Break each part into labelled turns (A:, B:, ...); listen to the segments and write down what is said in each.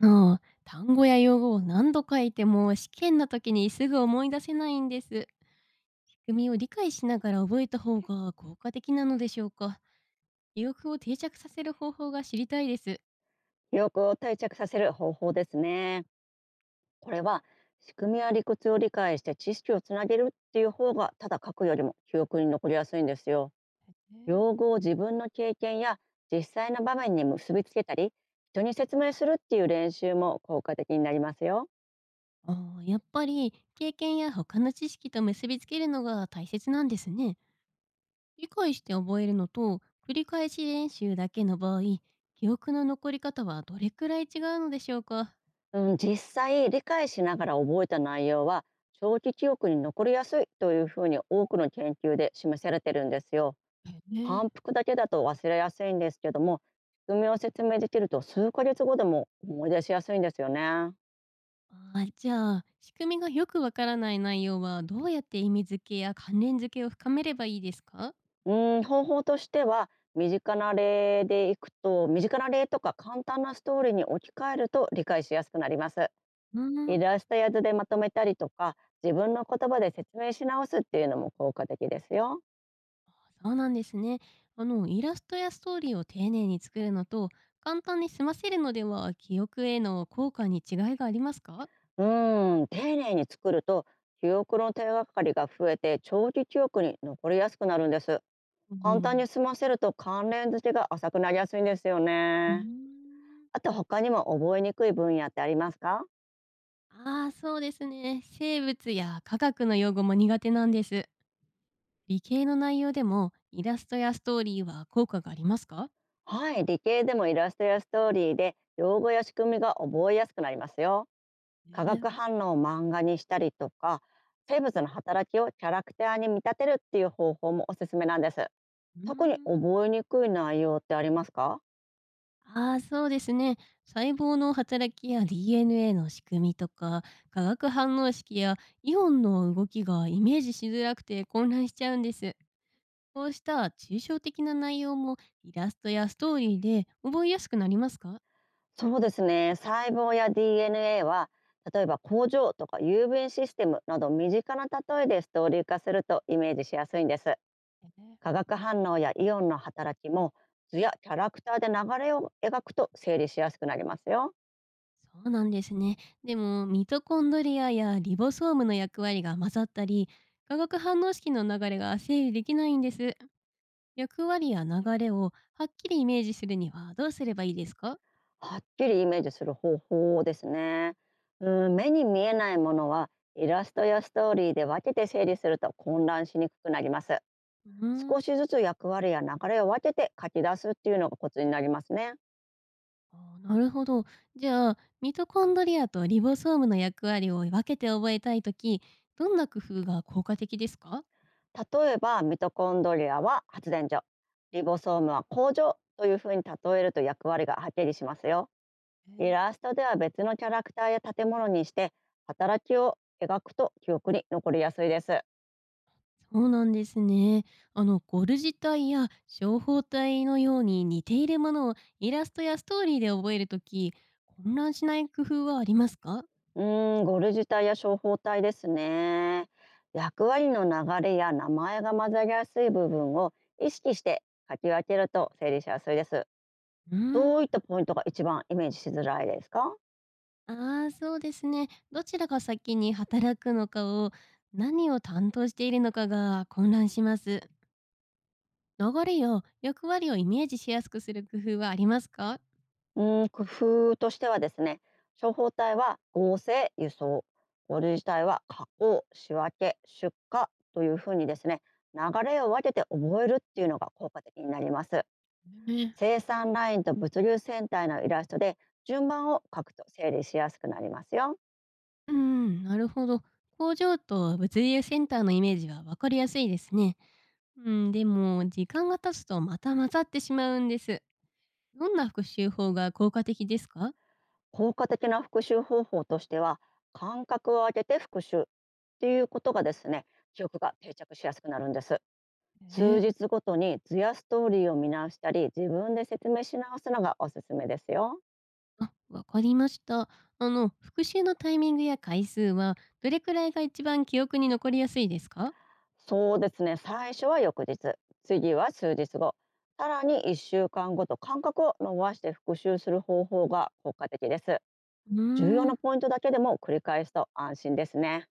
A: あの単語や用語を何度書いても試験の時にすぐ思い出せないんです。仕組みを理解しながら覚えた方が効果的なのでしょうか？記憶を定着させる方法が知りたいです。
B: 記憶を定着させる方法ですね。これは仕組みや理屈を理解して知識をつなげるっていう方が、ただ書くよりも記憶に残りやすいんですよ。
A: ね。
B: 用語を自分の経験や実際の場面に結びつけたり、人に説明するっていう練習も効果的になりますよ。
A: ああ、やっぱり経験や他の知識と結びつけるのが大切なんですね。理解して覚えるのと繰り返し練習だけの場合、記憶の残り方はどれくらい違うのでしょうか？
B: うん、実際理解しながら覚えた内容は、長期記憶に残りやすいというふうに多くの研究で示されてるんですよ。
A: ね。
B: 反復だけだと忘れやすいんですけども、仕組みを説明できると数ヶ月後でも思い出しやすいんですよね。
A: あー、じゃあ、仕組みがよくわからない内容はどうやって意味付けや関連付けを深めればいいですか？
B: 方法としては、身近な例とか簡単なストーリーに置き換えると理解しやすくなります。
A: う
B: イ
A: ん、
B: ラストや図でまとめたりとか、自分の言葉で説明し直すっていうのも効果的ですよ。
A: そうなんですね。あの、イラストやストーリーを丁寧に作るのと、簡単に済ませるのでは、記憶への効果に違いがありますか？
B: 丁寧に作ると、記憶の手がかりが増えて長期記憶に残りやすくなるんです。
A: う
B: 簡単に
A: ん。
B: 済ませると関連付けが浅くなりやすいんですよ
A: うーん
B: ね。あと他にも覚えにくい分野ってありますか？
A: ああ、そうですね。生物や科学の用語も苦手なんです。理系の内容でも、イラストやストーリーは効果がありますか？
B: はい、理系でもイラストやストーリーで用語や仕組みが覚えやすくなりますよ。化
A: ね、
B: 学反応を漫画にしたりとか、生物の働きをキャラクターに見立てるっていう方法もおすすめなんです。
A: うー
B: 特に
A: ん
B: 覚えにくい内容ってありますか？
A: ああ、そうですね。細胞の働きや DNA の仕組みとか、化学反応式やイオンの動きがイメージしづらくて混乱しちゃうんです。こうした抽象的な内容もイラストやストーリーで覚えやすくなりますか？
B: そうですね。細胞や DNA は、例えば工場とか郵便システムなど、身近な例えでストーリー化するとイメージしやすいんです。
A: ね。
B: 化学反応やイオンの働きも、図やキャラクターで流れを描くと整理しやすくなりますよ。
A: そうなんですね。でも、ミトコンドリアやリボソームの役割が混ざったり、化学反応式の流れが整理できないんです。役割や流れをはっきりイメージするにはどうすればいいですか？
B: はっきりイメージする方法ですね。うん、目に見えないものは、イラストやストーリーで分けて整理すると混乱しにくくなります。
A: うーん。
B: 少しずつ役割や流れを分けて書き出すっていうのがコツになりますね。
A: あー、なるほど。じゃあ、ミトコンドリアとリボソームの役割を分けて覚えたいとき、どんな工夫が効果的ですか？
B: 例えば、ミトコンドリアは発電所、リボソームは工場というふうに例えると、役割がはっきりしますよ。イ
A: えー、
B: ラストでは別のキャラクターや建物にして働きを描くと、記憶に残りやすいです。
A: そうなんですね。あの、ゴルジ体や小胞体のように似ているものをイラストやストーリーで覚えるとき、混乱しない工夫はありますか？
B: ゴルジュ体や小胞体ですね。役割の流れや名前が混ざりやすい部分を意識して書き分けると整理しやすいです。
A: うーん。
B: どういったポイントが一番イメージしづらいですか？
A: ああ、そうですね。どちらが先に働くのかを、何を担当しているのかが混乱します。流れや役割をイメージしやすくする工夫はありますか？
B: 工夫としてはですね、処方体は合成、輸送、五類自体は加工、仕分け、出荷というふうにですね、流れを分けて覚えるっていうのが効果的になります。
A: ね。
B: 生産ラインと物流センターのイラストで順番を書くと整理しやすくなりますよ。
A: うん、なるほど。工場と物流センターのイメージは分かりやすいですね。うん、でも時間が経つとまた混ざってしまうんです。どんな復習法が効果的ですか？
B: 効果的な復習方法としては、間隔を空けて復習っていうことがですね、記憶が定着しやすくなるんです。
A: え、
B: 数日ごとに図やストーリーを見直したり、自分で説明し直すのがおすすめですよ。
A: あ、わかりました。あの、復習のタイミングや回数はどれくらいが一番記憶に残りやすいですか？
B: そうですね、最初は翌日、次は数日後、さらに1週間ごと間隔を伸ばして復習する方法が効果的です。
A: う
B: 重要
A: ー
B: な
A: ん。
B: ポイントだけでも繰り返すと安心ですね。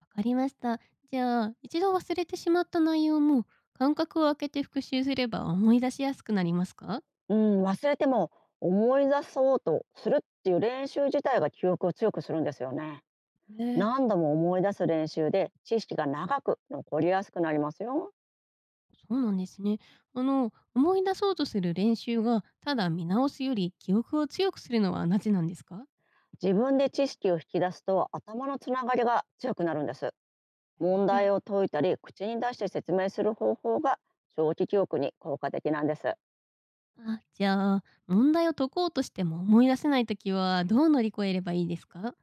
A: わかりました。じゃあ、一度忘れてしまった内容も、間隔を空けて復習すれば思い出しやすくなりますか？
B: うん、忘れても思い出そうとするっていう練習自体が記憶を強くするんですよね。
A: ね
B: 何度も思い出す練習で知識が長く残りやすくなりますよ。
A: え、そうなんですね。あの、思い出そうとする練習が、ただ見直すより記憶を強くするのはなぜなんですか？
B: 自分で知識を引き出すと頭のつながりが強くなるんです。問
A: え
B: 題
A: え、
B: を解いたり口に出して説明する方法が長期記憶に効果的なんです。
A: あ、じゃあ、問題を解こうとしても思い出せないときは、どう乗り越えればいいですか？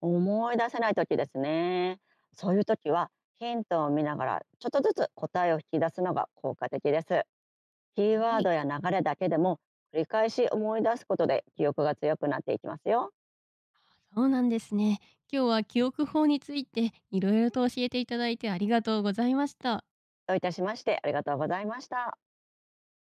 B: 思い出せない時ですね。そういう時はヒントを見ながらちょっとずつ答えを引き出すのが効果的です。キー
A: は
B: ワー
A: い。
B: ドや流れだけでも、繰り返し思い出すことで記憶が強くなっていきますよ。
A: そうなんですね。今日は記憶法について、いろいろと教えていただいてありがとうございました。
B: どういたしまして。ありがとうございました。